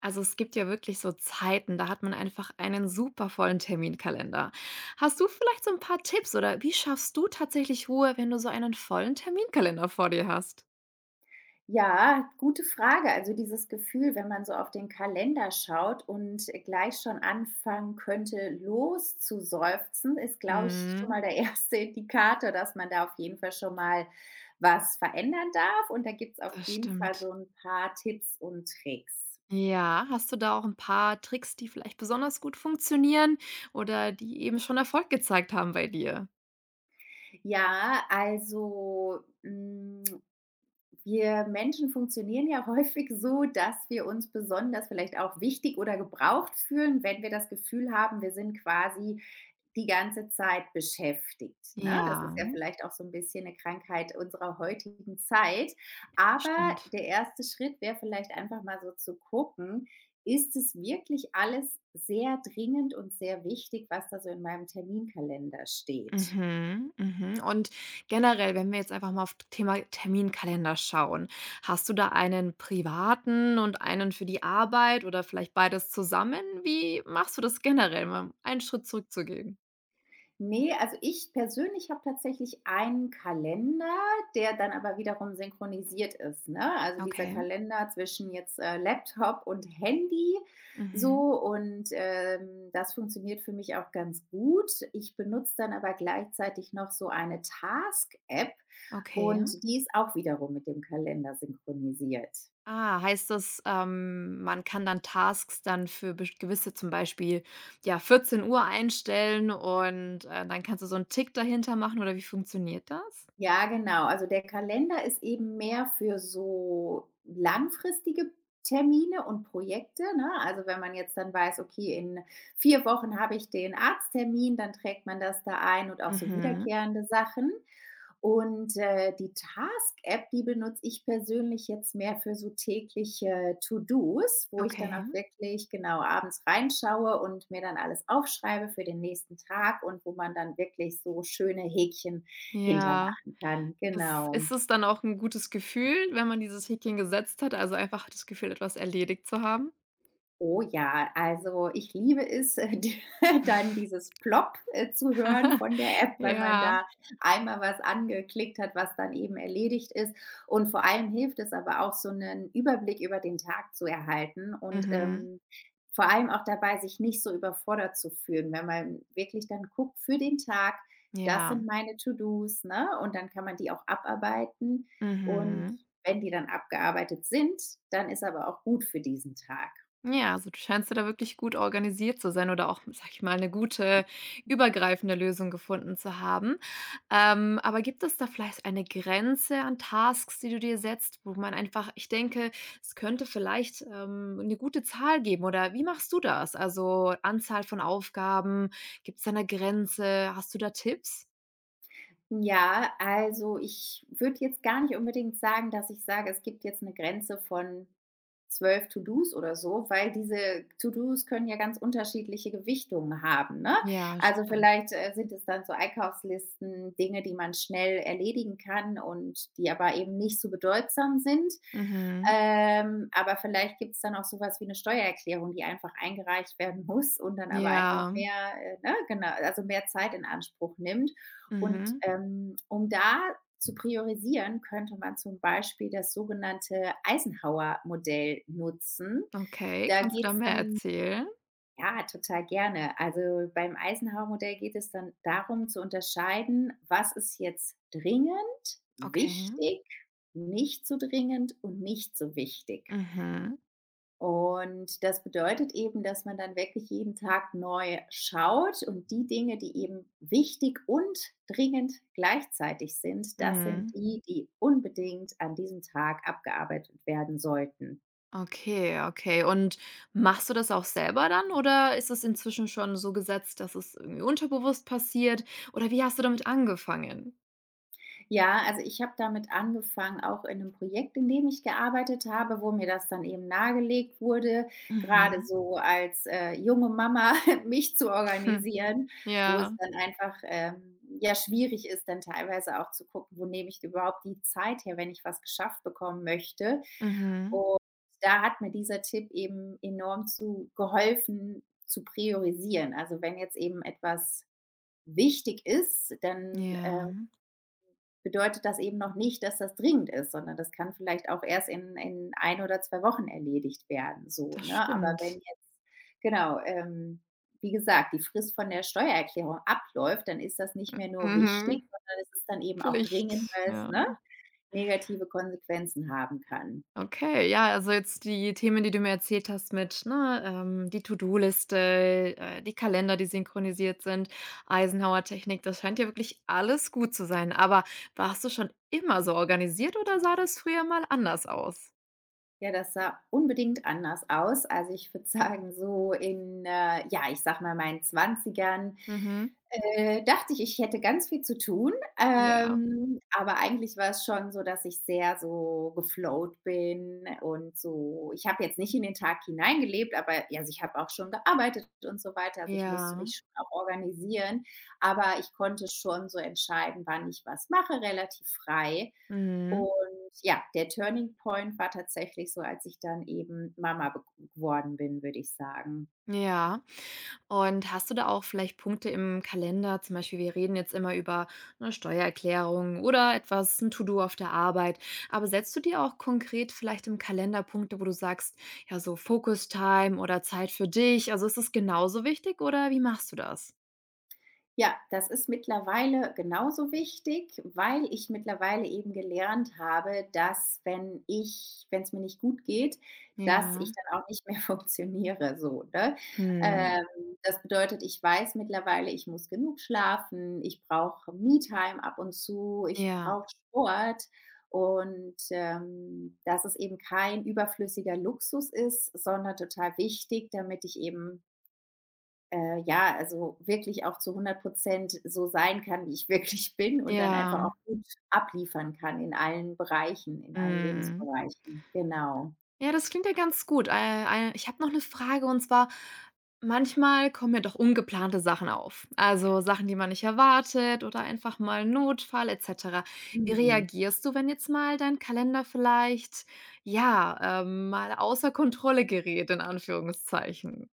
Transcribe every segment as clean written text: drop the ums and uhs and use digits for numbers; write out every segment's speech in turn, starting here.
Also es gibt ja wirklich so Zeiten, da hat man einfach einen super vollen Terminkalender. Hast du vielleicht so ein paar Tipps oder wie schaffst du tatsächlich Ruhe, wenn du so einen vollen Terminkalender vor dir hast? Ja, gute Frage. Also dieses Gefühl, wenn man so auf den Kalender schaut und gleich schon anfangen könnte, loszuseufzen, ist, glaube ich, schon mal Mhm, der erste Indikator, dass man da auf jeden Fall schon mal was verändern darf. Und da gibt es auf das jeden Fall stimmt. so ein paar Tipps und Tricks. Ja, hast du da auch ein paar Tricks, die vielleicht besonders gut funktionieren oder die eben schon Erfolg gezeigt haben bei dir? Ja, also mm, Wir Menschen funktionieren ja häufig so, dass wir uns besonders vielleicht auch wichtig oder gebraucht fühlen, wenn wir das Gefühl haben, wir sind quasi die ganze Zeit beschäftigt. Ne? Das ist Ja, ja vielleicht auch so ein bisschen eine Krankheit unserer heutigen Zeit. Aber stimmt. der erste Schritt wäre vielleicht einfach mal so zu gucken, ist es wirklich alles sehr dringend und sehr wichtig, was da so in meinem Terminkalender steht? Mhm, mhm. Und generell, wenn wir jetzt einfach mal auf das Thema Terminkalender schauen, hast du da einen privaten und einen für die Arbeit oder vielleicht beides zusammen? Wie machst du das generell, mal einen Schritt zurückzugehen? Ne, also ich persönlich habe tatsächlich einen Kalender, der dann aber wiederum synchronisiert ist, ne? Also dieser Okay. Kalender zwischen jetzt, Laptop und Handy Mhm. so und, das funktioniert für mich auch ganz gut. Ich benutze dann aber gleichzeitig noch so eine Task-App Okay. und die ist auch wiederum mit dem Kalender synchronisiert. Ah, heißt das, man kann dann Tasks dann für gewisse, zum Beispiel, ja, 14 Uhr einstellen und dann kannst du so einen Tick dahinter machen oder wie funktioniert das? Ja, genau. Also der Kalender ist eben mehr für so langfristige Termine und Projekte, ne? Also, wenn man jetzt dann weiß: „Okay, in 4 Wochen habe ich den Arzttermin“, dann trägt man das da ein und auch so Mhm. wiederkehrende Sachen. Und die Task-App, die benutze ich persönlich jetzt mehr für so tägliche To-Dos, wo ich dann Okay. auch wirklich genau abends reinschaue und mir dann alles aufschreibe für den nächsten Tag und wo man dann wirklich so schöne Häkchen hintermachen Ja. kann. Ist Genau. ist es dann auch ein gutes Gefühl, wenn man dieses Häkchen gesetzt hat, also einfach das Gefühl, etwas erledigt zu haben? Oh ja, also ich liebe es, d dann dieses Plop zu hören von der App, wenn man Ja. da einmal was angeklickt hat, was dann eben erledigt ist. Und vor allem hilft es aber auch, so einen Überblick über den Tag zu erhalten und, Mhm. Vor allem auch dabei, sich nicht so überfordert zu fühlen, wenn man wirklich dann guckt für den Tag: „Das Ja. sind meine To-dos“, ne? Und dann kann man die auch abarbeiten. Und Mhm. wenn die dann abgearbeitet sind, dann ist aber auch gut für diesen Tag. Ja, also du scheinst ja da wirklich gut organisiert zu sein oder auch, sag ich mal, eine gute übergreifende Lösung gefunden zu haben. Aber gibt es da vielleicht eine Grenze an Tasks, die du dir setzt, wo man einfach ich denke, es könnte vielleicht, 'ne gute Zahl geben oder wie machst du das? Also, Anzahl von Aufgaben, gibt's da eine Grenze? Hast du da Tipps? Ja, also ich würde jetzt gar nicht unbedingt sagen, dass ich sage, es gibt jetzt eine Grenze von 12 To-dos oder so, weil diese To-dos können ja ganz unterschiedliche Gewichtungen haben, ne? Ja, Also, stimmt. vielleicht, sind es dann so Einkaufslisten, Dinge, die man schnell erledigen kann und die aber eben nicht so bedeutsam sind. Mhm. Aber vielleicht gibt es dann auch sowas wie eine Steuererklärung, die einfach eingereicht werden muss und dann aber einfach Ja. mehr, ne, genau also mehr Zeit in Anspruch nimmt. Und Mhm. Um da zu priorisieren, könnte man zum Beispiel das sogenannte Eisenhower-Modell nutzen. Okay. Da Kannst du geht da es mehr dann erzählen? Ja, total gerne. Also beim Eisenhower-Modell geht es dann darum zu unterscheiden, was ist jetzt dringend, Okay. wichtig, nicht so dringend und nicht so wichtig. Mhm. Und das bedeutet eben, dass man dann wirklich jeden Tag neu schaut und die Dinge, die eben wichtig und dringend gleichzeitig sind, das sind Mhm. die, die unbedingt an diesem Tag abgearbeitet werden sollten. Okay, okay. Und machst du das auch selber dann oder ist es inzwischen schon so gesetzt, dass es irgendwie unterbewusst passiert? Oder wie hast du damit angefangen? Ja, also ich habe damit angefangen, auch in einem Projekt, in dem ich gearbeitet habe, wo mir das dann eben nahegelegt wurde, gerade Mhm. so als, junge Mama mich zu Hm. organisieren, wo es Ja. dann einfach, ja, schwierig ist, dann teilweise auch zu gucken, wo nehme ich überhaupt die Zeit her, wenn ich was geschafft bekommen möchte. Mhm. Und da hat mir dieser Tipp eben enorm zu geholfen, zu priorisieren. Also, wenn jetzt eben etwas wichtig ist, dann, Ja, bedeutet das eben noch nicht, dass das dringend ist, sondern das kann vielleicht auch erst in ein oder 2 Wochen erledigt werden, so, das ne? Aber wenn stimmt. jetzt genau, wie gesagt, die Frist von der Steuererklärung abläuft, dann ist das nicht mehr nur wichtig, Mhm. sondern es ist dann eben auch dringend, Pflicht, weil es, ja. ne, negative Konsequenzen haben kann. Okay, ja, also jetzt die Themen, die du mir erzählt hast mit, ne, die To-do-Liste, die Kalender, die synchronisiert sind, Eisenhower-Technik, das scheint ja wirklich alles gut zu sein. Aber warst du schon immer so organisiert oder sah das früher mal anders aus? Ja, das sah unbedingt anders aus. Also, ich würde sagen, so in, ja, ich sage mal, meinen Zwanzigern. Mhm. Dachte ich, ich hätte ganz viel zu tun, Ja. Aber eigentlich war es schon so, dass ich sehr so geflowt bin und so ich habe jetzt nicht in den Tag hineingelebt, aber ja, also ich habe auch schon gearbeitet und so weiter. Also, ich musste Ja. mich schon auch organisieren, aber ich konnte schon so entscheiden, wann ich was mache, relativ frei. Mhm. Und ja, der Turning Point war tatsächlich so, als ich dann eben Mama be geworden bin, würde ich sagen. Ja. Und hast du da auch vielleicht Punkte im Kalender? Zum Beispiel, wir reden jetzt immer über eine Steuererklärung oder etwas ein To-do auf der Arbeit. Aber setzt du dir auch konkret vielleicht im Kalender Punkte, wo du sagst, ja, so Focus Time oder Zeit für dich? Also, ist das genauso wichtig oder wie machst du das? Ja, das ist mittlerweile genauso wichtig, weil ich mittlerweile eben gelernt habe, dass wenn es mir nicht gut geht, dass Ja. ich dann auch nicht mehr funktioniere so, ne? Mhm. Ähm, Das bedeutet, ich weiß mittlerweile, ich muss genug schlafen, ich brauche Me-Time ab und zu, ich Ja. brauche Sport und, dass es eben kein überflüssiger Luxus ist, sondern total wichtig, damit ich eben ja, also wirklich auch zu hundert Prozent so sein kann, wie ich wirklich bin und dann einfach Ja. auch gut abliefern kann in allen Bereichen, in allen Mhm. Lebensbereichen. Genau. Ja, das klingt ja ganz gut. Ei ich habe noch eine Frage und zwar, manchmal kommen ja doch ungeplante Sachen auf, also Sachen, die man nicht erwartet oder einfach mal 'n Notfall et cetera. Wie Mhm. reagierst du, wenn jetzt mal dein Kalender vielleicht, ja, mal außer Kontrolle gerät in Anführungszeichen?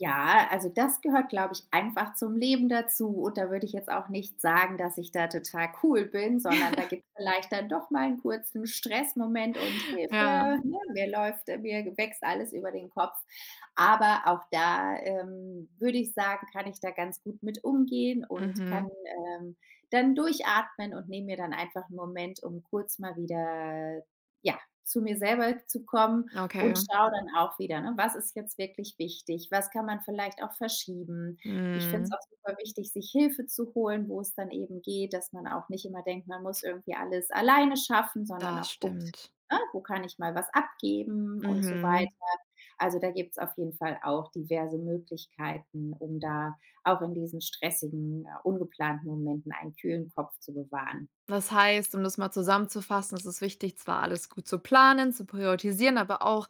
Ja, also das gehört, glaube ich, einfach zum Leben dazu und da würde ich jetzt auch nicht sagen, dass ich da total cool bin, sondern da gibt es vielleicht dann doch mal einen kurzen Stressmoment und Hilfe, Ja. ne, mir wächst alles über den Kopf. Aber auch da, würde ich sagen, kann ich da ganz gut mit umgehen und Mhm. kann, ähm, dann durchatmen und nehme mir dann einfach einen Moment, um kurz mal wieder, ja, zu mir selber zu kommen Okay. und schaue dann auch wieder, ne, was ist jetzt wirklich wichtig? Was kann man vielleicht auch verschieben? Ich finde es Mhm. auch super wichtig, sich Hilfe zu holen, wo es dann eben geht, dass man auch nicht immer denkt, man muss irgendwie alles alleine schaffen, sondern Das auch guckt, stimmt. ne, wo kann ich mal was abgeben und so Mhm. weiter. Also da gibt es auf jeden Fall auch diverse Möglichkeiten, um da auch in diesen stressigen, ungeplanten Momenten einen kühlen Kopf zu bewahren. Das heißt, um das mal zusammenzufassen, es ist wichtig, zwar alles gut zu planen, zu priorisieren, aber auch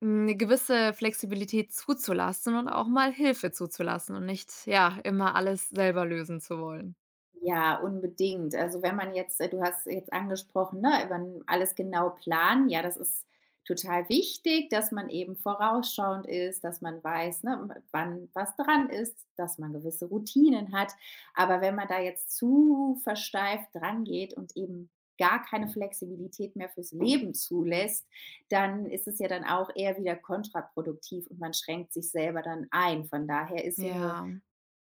eine gewisse Flexibilität zuzulassen und auch mal Hilfe zuzulassen und nicht, ja, immer alles selber lösen zu wollen. Ja, unbedingt. Also, wenn man jetzt du hast jetzt angesprochen, ne, man alles genau planen. Ja, das ist total wichtig, dass man eben vorausschauend ist, dass man weiß, ne, m wann was dran ist, dass man gewisse Routinen hat. Aber wenn man da jetzt zu versteift drangeht und eben gar keine Flexibilität mehr fürs Leben zulässt, dann ist es ja dann auch eher wieder kontraproduktiv und man schränkt sich selber dann ein. Von daher ist so eine Ja.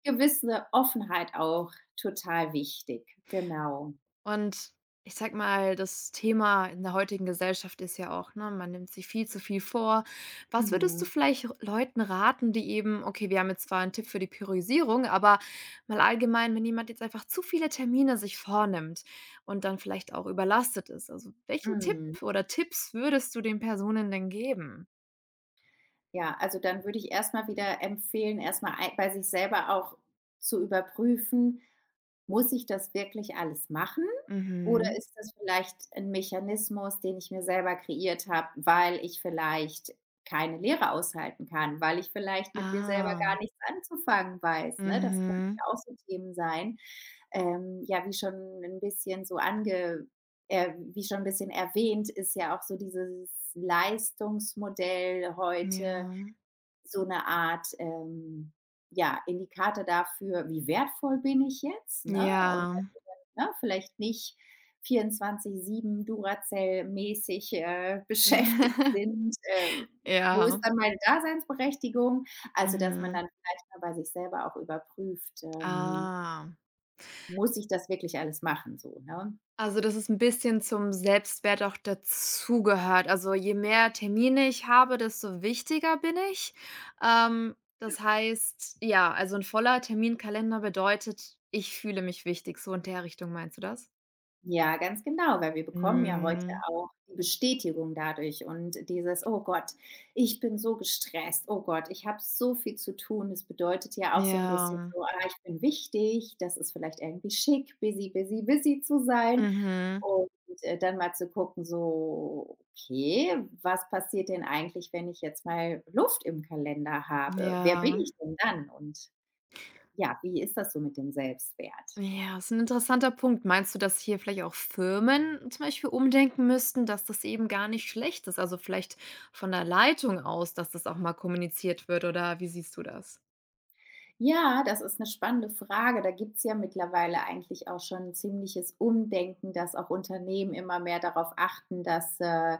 gewisse Offenheit auch total wichtig, genau. Und ich sage mal, das Thema in der heutigen Gesellschaft ist ja auch, ne, man nimmt sich viel zu viel vor. Was würdest du Mhm, vielleicht Leuten raten, die eben okay, wir haben jetzt zwar einen Tipp für die Priorisierung, aber mal allgemein, wenn jemand jetzt einfach zu viele Termine sich vornimmt und dann vielleicht auch überlastet ist. Also, welchen Tipp mhm. oder Tipps würdest du den Personen denn geben? Ja, also dann würde ich erstmal wieder empfehlen, erstmal ei bei sich selber auch zu überprüfen: „Muss ich das wirklich alles machen oder Mhm. ist das vielleicht ein Mechanismus, den ich mir selber kreiert habe, weil ich vielleicht keine Lehre aushalten kann, weil ich vielleicht mit mir selber Ah. gar nichts anzufangen weiß“, ne? Das können Mhm. ja auch so Themen sein. Ja, ein bisschen so ange wie schon ein bisschen erwähnt, ist ja auch so dieses Leistungsmodell Ja. heute so eine Art, ja, Indikator dafür: „Wie wertvoll bin ich jetzt?“, ne? Und, Ja. ne, vielleicht nicht 24/7 Duracell-mäßig, beschäftigt sind. Wo ist Ja. dann meine Daseinsberechtigung? Also, dass man Mhm. dann vielleicht mal bei sich selber auch überprüft, Ah. muss ich das wirklich alles machen so, ne? Also, dass es ein bisschen zum Selbstwert auch dazugehört. Also, je mehr Termine ich habe, desto wichtiger bin ich. Das heißt, ja, also ein voller Terminkalender bedeutet, ich fühle mich wichtig, so in der Richtung meinst du das? Ja, ganz genau, weil wir bekommen ja heute Mhm. auch die Bestätigung dadurch und dieses: „Oh Gott, ich bin so gestresst. Oh Gott, ich habe so viel zu tun.“ Das bedeutet ja auch so ein bisschen Ja. so: „Ah, ich bin wichtig.“ Das ist vielleicht irgendwie schick, busy, busy, busy zu sein Mhm. und, dann mal zu gucken so: „Okay, was passiert denn eigentlich, wenn ich jetzt mal Luft im Kalender habe? Wer bin Ja. ich denn dann?“ Und ja, wie ist das so mit dem Selbstwert? Ja, ist ein interessanter Punkt. Meinst du, dass hier vielleicht auch Firmen zum Beispiel umdenken müssten, dass das eben gar nicht schlecht ist? Also, vielleicht von der Leitung aus, dass das auch mal kommuniziert wird oder wie siehst du das? Ja, das ist eine spannende Frage. Da gibt's ja mittlerweile eigentlich auch schon 'n ziemliches Umdenken, dass auch Unternehmen immer mehr darauf achten, dass,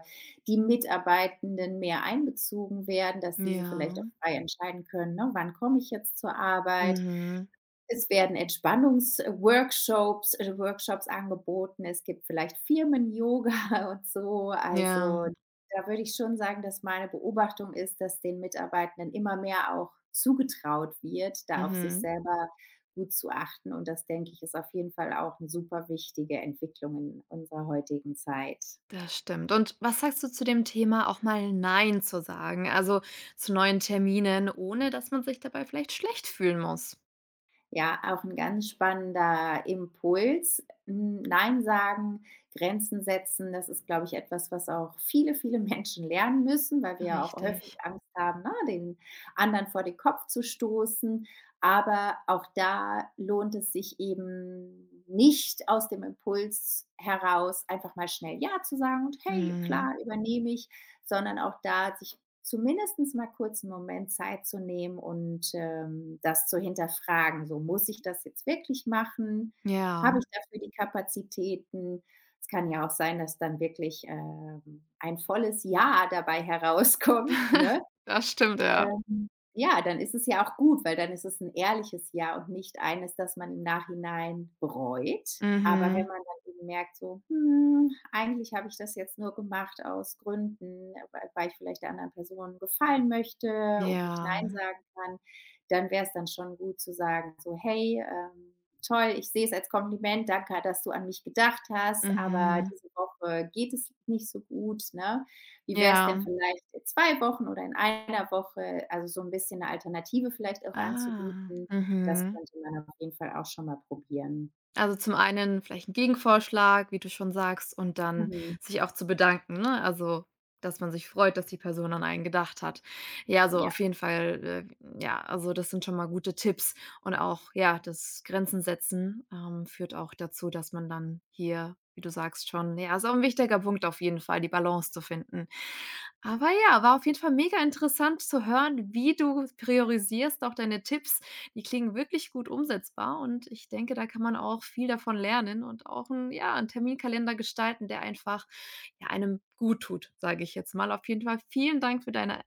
die Mitarbeitenden mehr einbezogen werden, dass diese Ja. vielleicht auch frei entscheiden können, ne: „Wann komme ich jetzt zur Arbeit? Mhm. Es werden Entspannungsworkshops Workshops angeboten. Es gibt vielleicht Firmen-Yoga und so. Also, Ja, da würde ich schon sagen, dass meine Beobachtung ist, dass den Mitarbeitenden immer mehr auch zugetraut wird, da auf sich mhm. selber gut zu achten. Und das, denke ich, ist auf jeden Fall auch eine super wichtige Entwicklung in unserer heutigen Zeit. Das stimmt. Und was sagst du zu dem Thema, auch mal „Nein“ zu sagen, also zu neuen Terminen, ohne dass man sich dabei vielleicht schlecht fühlen muss? Ja, auch ein ganz spannender Impuls. Hm, nein sagen, Grenzen setzen, das ist, glaube ich, etwas, was auch viele Menschen lernen müssen, weil wir ja auch häufig Richtig. Angst haben, ne, den anderen vor den Kopf zu stoßen. Aber auch da lohnt es sich eben nicht aus dem Impuls heraus, einfach mal schnell „ja“ zu sagen und „hey, Mhm. klar, übernehme ich“, sondern auch da sich zumindest mal kurz einen Moment Zeit zu nehmen und, das zu hinterfragen. So: „Muss ich das jetzt wirklich machen? Ja. Habe ich dafür die Kapazitäten?“ Es kann ja auch sein, dass dann wirklich, ein volles Ja dabei herauskommt, ne? Das stimmt, ja. Ja, dann ist es ja auch gut, weil dann ist es ein ehrliches Ja und nicht eines, das man im Nachhinein bereut. Aber wenn Mhm. man dann eben merkt so: „Hm, eigentlich habe ich das jetzt nur gemacht aus Gründen, weil ich vielleicht der anderen Person gefallen möchte und nicht nein Ja. sagen kann“, dann wäre es dann schon gut zu sagen so: „Hey, toll, ich sehe es als Kompliment. Danke, dass du an mich gedacht Mhm. hast, aber Mhm. diese Woche geht es nicht so gut, ne?“ Wie wäre es denn Ja. vielleicht in 2 Wochen oder in einer Woche? Also, so ein bisschen 'ne Alternative vielleicht auch Ah. anzubieten, das Mhm. könnte man auf jeden Fall auch schon mal probieren. Also, zum einen vielleicht ein Gegenvorschlag, wie du schon sagst, und dann Mhm, sich auch zu bedanken, ne? Also, dass man sich freut, dass die Person an einen gedacht hat. Ja, so auf ja. jeden Fall, ja, also, das sind schon mal gute Tipps und auch, ja, das Grenzen setzen, führt auch dazu, dass man dann hier, wie du sagst, schon ja, ist auch 'n wichtiger Punkt auf jeden Fall, die Balance zu finden. Aber ja, war auf jeden Fall mega interessant zu hören, wie du priorisierst, auch deine Tipps die klingen wirklich gut umsetzbar und ich denke, da kann man auch viel davon lernen und auch 'n ja, einen Terminkalender gestalten, der einfach, ja, einem gut tut, sage ich jetzt mal. Auf jeden Fall vielen Dank für deine,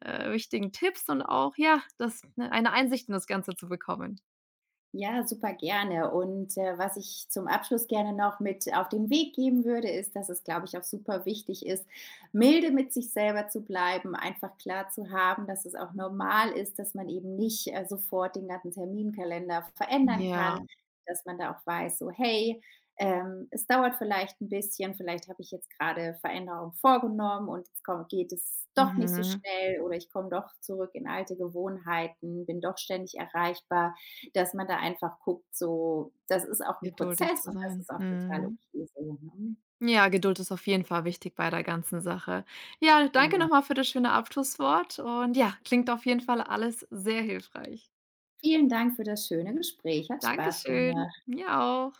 wichtigen Tipps und auch, ja, das ne, eine Einsicht in das Ganze zu bekommen. Ja, super gerne. Und, was ich zum Abschluss gerne noch mit auf den Weg geben würde, ist, dass es, glaube ich, auch super wichtig ist, milde mit sich selber zu bleiben, einfach klar zu haben, dass es auch normal ist, dass man eben nicht, sofort den ganzen Terminkalender verändern Ja, kann, dass man da auch weiß, so: „Hey, es dauert vielleicht ein bisschen, vielleicht habe ich jetzt gerade Veränderungen vorgenommen und jetzt komm geht es doch nicht so mhm, schnell oder ich komme doch zurück in alte Gewohnheiten, bin doch ständig erreichbar.“ Dass man da einfach guckt, so das ist auch ein geduldig Prozess zu und das sein. ist auch total Mhm. okay so, ne? Ja, Geduld ist auf jeden Fall wichtig bei der ganzen Sache. Ja, danke Genau. nochmal für das schöne Abschlusswort und ja, klingt auf jeden Fall alles sehr hilfreich. Vielen Dank für das schöne Gespräch. Hat Spaß Dankeschön. gemacht. Mir auch.